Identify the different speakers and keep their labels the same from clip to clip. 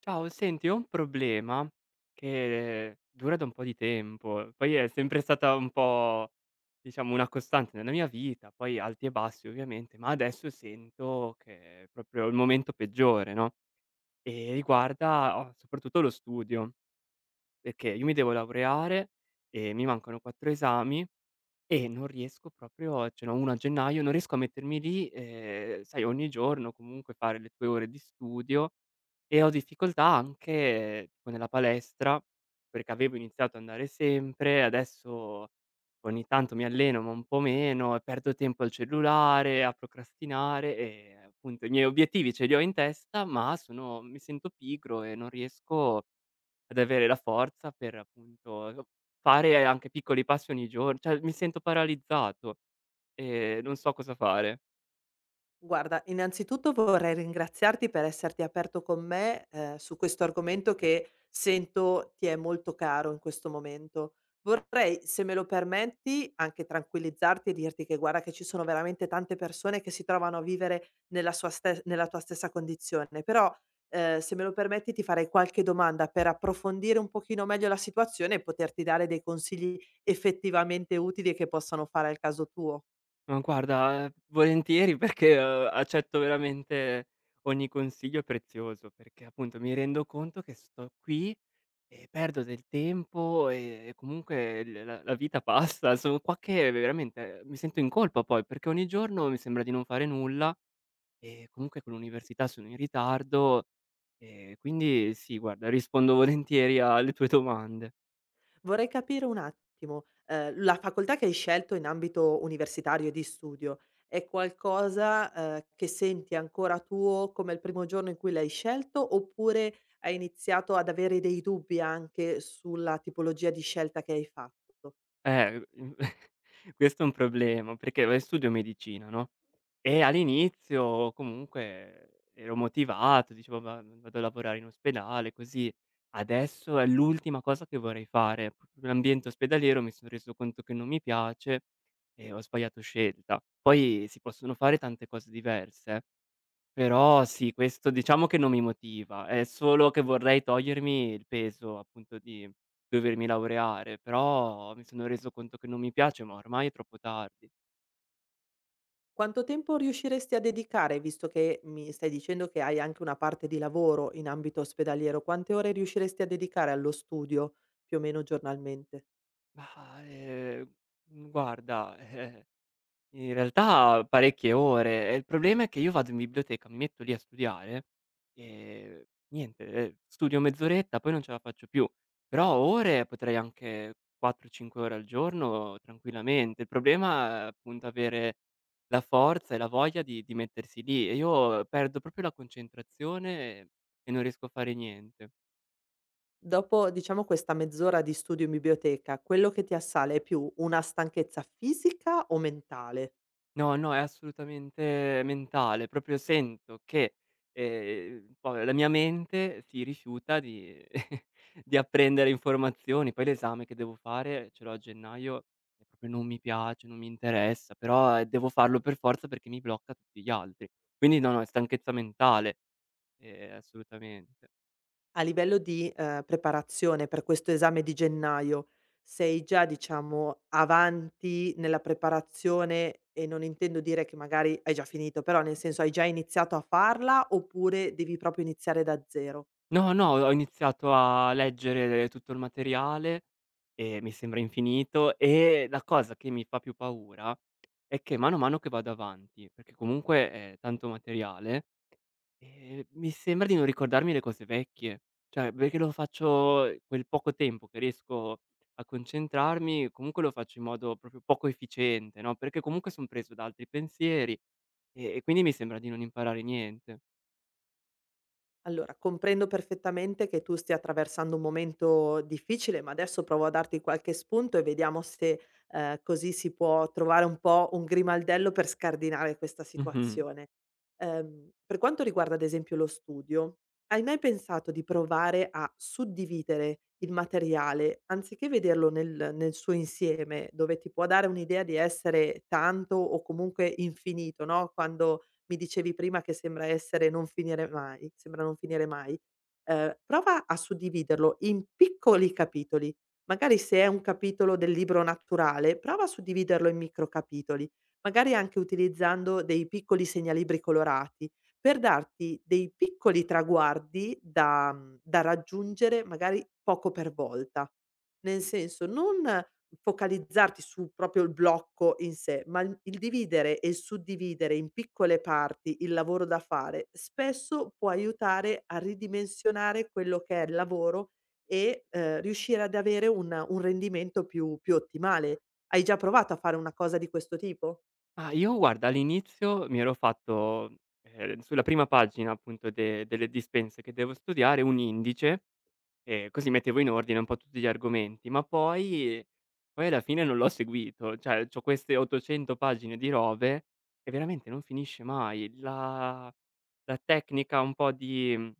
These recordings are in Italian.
Speaker 1: Ciao, senti, ho un problema che dura da un po' di tempo, poi è sempre stata un po', diciamo, una costante nella mia vita, poi alti e bassi ovviamente, ma adesso sento che è proprio il momento peggiore, no? E riguarda oh, soprattutto lo studio, perché io mi devo laureare e mi mancano 4 esami e non riesco proprio ce n'ho 1 a gennaio, non riesco a mettermi lì, sai ogni giorno comunque fare le tue ore di studio e ho difficoltà anche tipo nella palestra, perché avevo iniziato ad andare sempre, adesso ogni tanto mi alleno ma un po' meno e perdo tempo al cellulare, a procrastinare e appunto i miei obiettivi ce li ho in testa, ma sono mi sento pigro e non riesco ad avere la forza per appunto lo fare anche piccoli passi ogni gior cioè mi sento paralizzato e non so cosa fare.
Speaker 2: Guarda, innanzitutto vorrei ringraziarti per esserti aperto con me, su questo argomento che sento ti è molto caro in questo momento. Vorrei, se me lo permetti, anche tranquillizzarti e dirti che guarda che ci sono veramente tante persone che si trovano a vivere nella tua stessa condizione, però, se me lo permetti ti farei qualche domanda per approfondire un pochino meglio la situazione e poterti dare dei consigli effettivamente utili e che possano fare al caso tuo.
Speaker 1: Ma guarda, volentieri perché, accetto veramente ogni consiglio prezioso, perché appunto mi rendo conto che sto qui e perdo del tempo e comunque l la la vita passa. Sono qua che veramente mi sento in colpa poi, perché ogni giorno mi sembra di non fare nulla. E comunque con l'università sono in ritardo, quindi sì guarda rispondo volentieri alle tue domande.
Speaker 2: Vorrei capire un attimo, la facoltà che hai scelto in ambito universitario e di studio, è qualcosa, che senti ancora tuo come il primo giorno in cui l'hai scelto, oppure hai iniziato ad avere dei dubbi anche sulla tipologia di scelta che hai fatto?
Speaker 1: Eh, mhmm, questo è un problema perché, beh, studio medicina, no, e all'inizio comunque ero motivato, dicevo: "Va Vado a lavorare in ospedale così". Adesso è l'ultima cosa che vorrei fare. L'ambiente ospedaliero mi son reso conto che non mi piace e ho sbagliato scelta. Poi si possono fare tante cose diverse. Eh. Però sì, questo diciamo che non mi motiva, è solo che vorrei togliermi il peso, appunto, di dovermi laureare, però mi sono reso conto che non mi piace, ma ormai è troppo tardi.
Speaker 2: Quanto tempo riusciresti a dedicare, visto che mi stai dicendo che hai anche una parte di lavoro in ambito ospedaliero, quante ore riusciresti a dedicare allo studio più o meno giornalmente?
Speaker 1: Ma, guarda, in realtà parecchie ore e il problema è che io vado in biblioteca, mi metto lì a studiare e niente, studio mezz'oretta, poi non ce la faccio più. Però ore potrei anche 4, 5 ore al giorno tranquillamente. Il problema è appunto avere la forza e la voglia di mettersi lì e io perdo proprio la concentrazione e non riesco a fare niente.
Speaker 2: Dopo, diciamo, questa mezz'ora di studio in biblioteca, quello che ti assale è più una stanchezza fisica o mentale?
Speaker 1: No, no, è assolutamente mentale. Proprio sento che, poi la mia mente si rifiuta di di apprendere informazioni. Poi l'esame che devo fare, ce l'ho a gennaio, e proprio non mi piace, non mi interessa, però, devo farlo per forza perché mi blocca tutti gli altri. Quindi no, no, è stanchezza mentale, assolutamente.
Speaker 2: A livello di, preparazione per questo esame di gennaio, sei già, diciamo, avanti nella preparazione e non intendo dire che magari hai già finito, però nel senso hai già iniziato a farla, oppure devi proprio iniziare da 0?
Speaker 1: No, no, ho iniziato a leggere tutto il materiale e mi sembra infinito e la cosa che mi fa più paura è che mano a mano che vado avanti, perché comunque è tanto materiale, mi sembra di non ricordarmi le cose vecchie. Cioè, perché lo faccio quel poco tempo che riesco a concentrarmi, comunque lo faccio in modo proprio poco efficiente, no, perché comunque son preso da altri pensieri e quindi mi sembra di non imparare niente.
Speaker 2: Allora, comprendo perfettamente che tu stia attraversando un momento difficile, ma adesso provo a darti qualche spunto e vediamo se così si può trovare un po' un grimaldello per scardinare questa
Speaker 1: Mh-mh.
Speaker 2: situazione. Per quanto riguarda ad esempio lo studio, hai mai pensato di provare a suddividere il materiale anziché vederlo nel suo insieme, dove ti può dare un'idea di essere tanto o comunque infinito, no? Quando mi dicevi prima che sembra non finire mai, prova a suddividerlo in piccoli capitoli. Magari se è un capitolo del libro naturale, prova a suddividerlo in micro capitoli, magari anche utilizzando dei piccoli segnalibri colorati, per darti dei piccoli traguardi da da raggiungere magari poco per volta. Nel senso, non focalizzarti su proprio il blocco in sé, ma il dividere e il suddividere in piccole parti il lavoro da fare, spesso può aiutare a ridimensionare quello che è il lavoro e, riuscire ad avere un rendimento più ottimale. Hai già provato a fare una cosa di questo tipo?
Speaker 1: Ah, io guarda all'inizio mi ero fatto, sulla prima pagina appunto de delle dispense che devo studiare un indice, e così mettevo in ordine un po' tutti gli argomenti, ma poi alla fine non l'ho seguito, cioè c'ho queste 800 pagine di robe e veramente non finisce mai. La la tecnica un po' di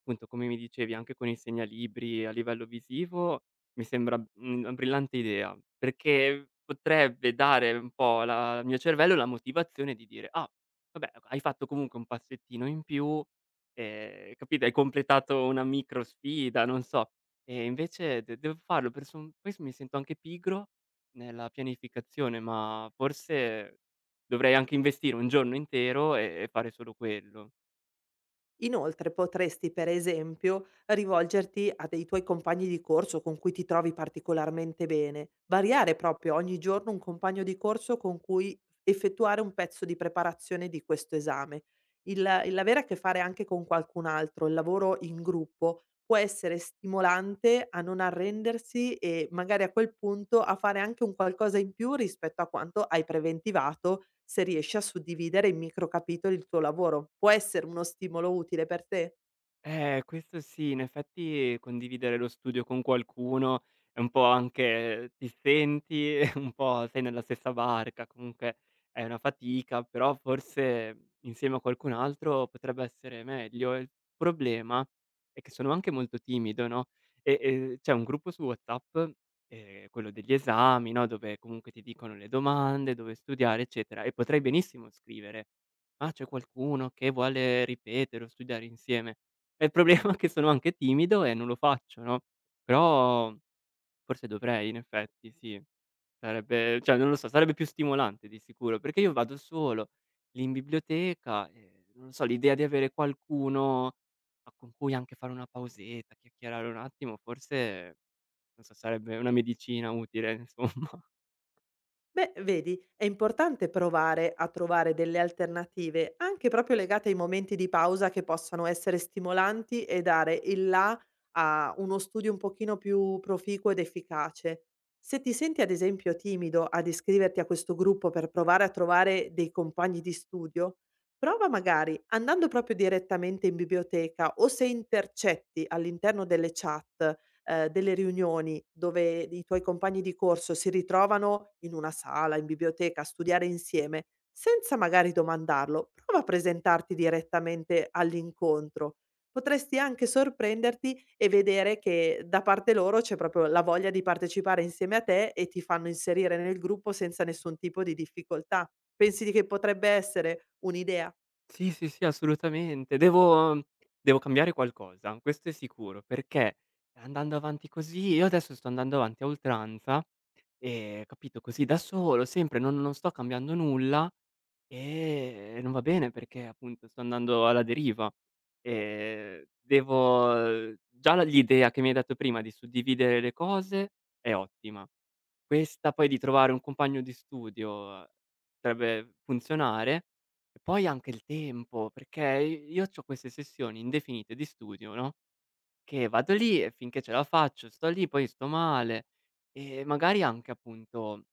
Speaker 1: appunto, come mi dicevi, anche con i segnalibri a livello visivo mi sembra, una brillante idea, perché potrebbe dare un po' la al mio cervello la motivazione di dire: "Ah, vabbè, ok, hai fatto comunque un passettino in più, capito, hai completato una micro sfida", non so. E invece de devo farlo per son poi s mi sento anche pigro nella pianificazione, ma forse dovrei anche investire un giorno intero e fare solo quello.
Speaker 2: Inoltre potresti, per esempio, rivolgerti a dei tuoi compagni di corso con cui ti trovi particolarmente bene, variare proprio ogni giorno un compagno di corso con cui effettuare un pezzo di preparazione di questo esame. Il, il avere a che fare anche con qualcun altro, il lavoro in gruppo, può essere stimolante a non arrendersi e magari a quel punto a fare anche un qualcosa in più rispetto a quanto hai preventivato, se riesci a suddividere in micro capitoli il tuo lavoro. Può essere uno stimolo utile per te?
Speaker 1: Questo sì, in effetti condividere lo studio con qualcuno è un po' anche ti senti un po' sei nella stessa barca, comunque è una fatica, però forse insieme a qualcun altro potrebbe essere meglio. Il problema è che sono anche molto timido, no, e c'è un gruppo su WhatsApp, quello degli esami, no, dove comunque ti dicono le domande, dove studiare, eccetera, e potrei benissimo scrivere: "Ah, c'è qualcuno che vuole ripetere o studiare insieme?" E il problema è che sono anche timido e non lo faccio, no, però forse dovrei in effetti, sì. Sarebbe cioè non lo so, sarebbe più stimolante di sicuro, perché io vado solo lì in biblioteca e non lo so, l'idea di avere qualcuno a con cui anche fare una pausetta, chiacchierare un attimo, forse non so, sarebbe una medicina utile insomma.
Speaker 2: Beh, vedi, è importante provare a trovare delle alternative, anche proprio legate ai momenti di pausa che possano essere stimolanti e dare il là a uno studio un pochino più proficuo ed efficace. Se ti senti ad esempio timido ad iscriverti a questo gruppo per provare a trovare dei compagni di studio, prova magari andando proprio direttamente in biblioteca o se intercetti all'interno delle chat delle riunioni dove i tuoi compagni di corso si ritrovano in una sala, in biblioteca, a studiare insieme, senza magari domandarlo, prova a presentarti direttamente all'incontro. Potresti anche sorprenderti e vedere che da parte loro c'è proprio la voglia di partecipare insieme a te e ti fanno inserire nel gruppo senza nessun tipo di difficoltà. Pensi che potrebbe essere un'idea?
Speaker 1: Sì, sì, sì, assolutamente. Devo cambiare qualcosa, questo è sicuro, perché andando avanti così io adesso sto andando avanti a oltranza. Capito, così da solo, sempre, non sto cambiando nulla, e non va bene perché, appunto, sto andando alla deriva. Devo già la l'idea che mi hai dato prima di suddividere le cose è ottima. Questa poi di trovare un compagno di studio potrebbe funzionare, e poi anche il tempo, perché i io c'ho queste sessioni indefinite di studio, no, che vado lì e finché ce la faccio sto lì, poi sto male e magari anche appunto,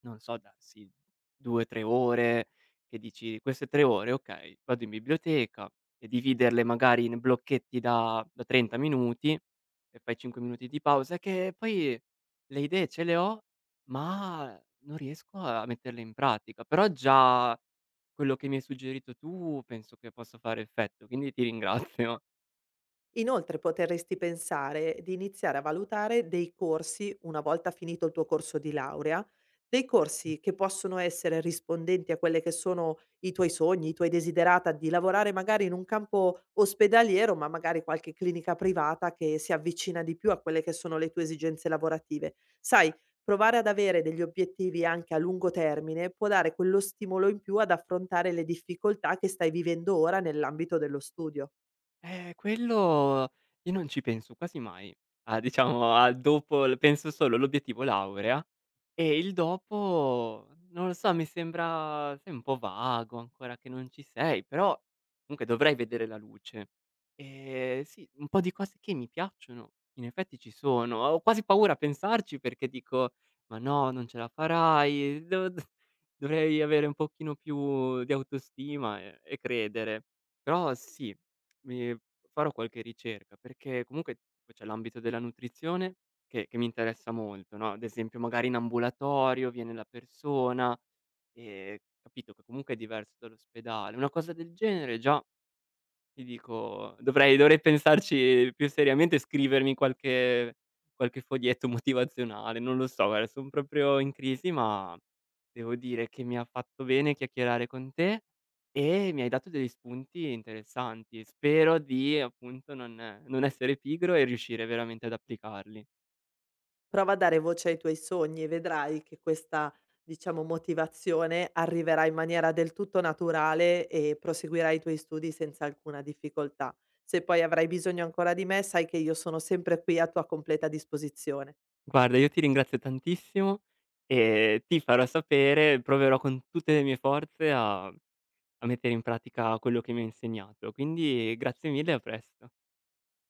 Speaker 1: non so, darsi 2, 3 ore che dici: "Queste 3 ore, okay, vado in biblioteca" e dividerle magari in blocchetti da 30 minuti e fai 5 minuti di pausa, che poi le idee ce le ho, ma non riesco a metterle in pratica. Però già quello che mi hai suggerito tu penso che possa fare effetto, quindi ti ringrazio.
Speaker 2: Inoltre potresti pensare di iniziare a valutare dei corsi, una volta finito il tuo corso di laurea, dei corsi che possono essere rispondenti a quelle che sono i tuoi sogni, i tuoi desiderata di lavorare magari in un campo ospedaliero, ma magari qualche clinica privata che si avvicina di più a quelle che sono le tue esigenze lavorative. Sai, provare ad avere degli obiettivi anche a lungo termine può dare quello stimolo in più ad affrontare le difficoltà che stai vivendo ora nell'ambito dello studio.
Speaker 1: Quello io non ci penso quasi mai, a diciamo a dopo l penso solo all'obiettivo laurea e il dopo, non lo so, mi sembra sai un po' vago ancora che non ci sei, però comunque dovrei vedere la luce. Sì, un po' di cose che mi piacciono in effetti ci sono. Ho quasi paura a pensarci perché dico: "Ma no, non ce la farai, do d dovrei avere un pochino più di autostima e credere". Però sì, mi farò qualche ricerca perché comunque tipo, c'è l'ambito della nutrizione che mi interessa molto, no, ad esempio magari in ambulatorio viene la persona, ehm, capito che comunque è diverso dall'ospedale. Una cosa del genere già ti dico dovrei pensarci più seriamente e scrivermi qualche foglietto motivazionale, non lo so, guarda son proprio in crisi, ma devo dire che mi ha fatto bene chiacchierare con te e mi hai dato degli spunti interessanti. Spero di appunto non essere pigro e riuscire veramente ad applicarli.
Speaker 2: Prova a dare voce ai tuoi sogni e vedrai che questa, diciamo, motivazione arriverà in maniera del tutto naturale e proseguirai i tuoi studi senza alcuna difficoltà. Se poi avrai bisogno ancora di me, sai che io sono sempre qui a tua completa disposizione.
Speaker 1: Guarda, io ti ringrazio tantissimo e ti farò sapere, proverò con tutte le mie forze a mettere in pratica quello che mi hai insegnato. Quindi grazie mille e a presto.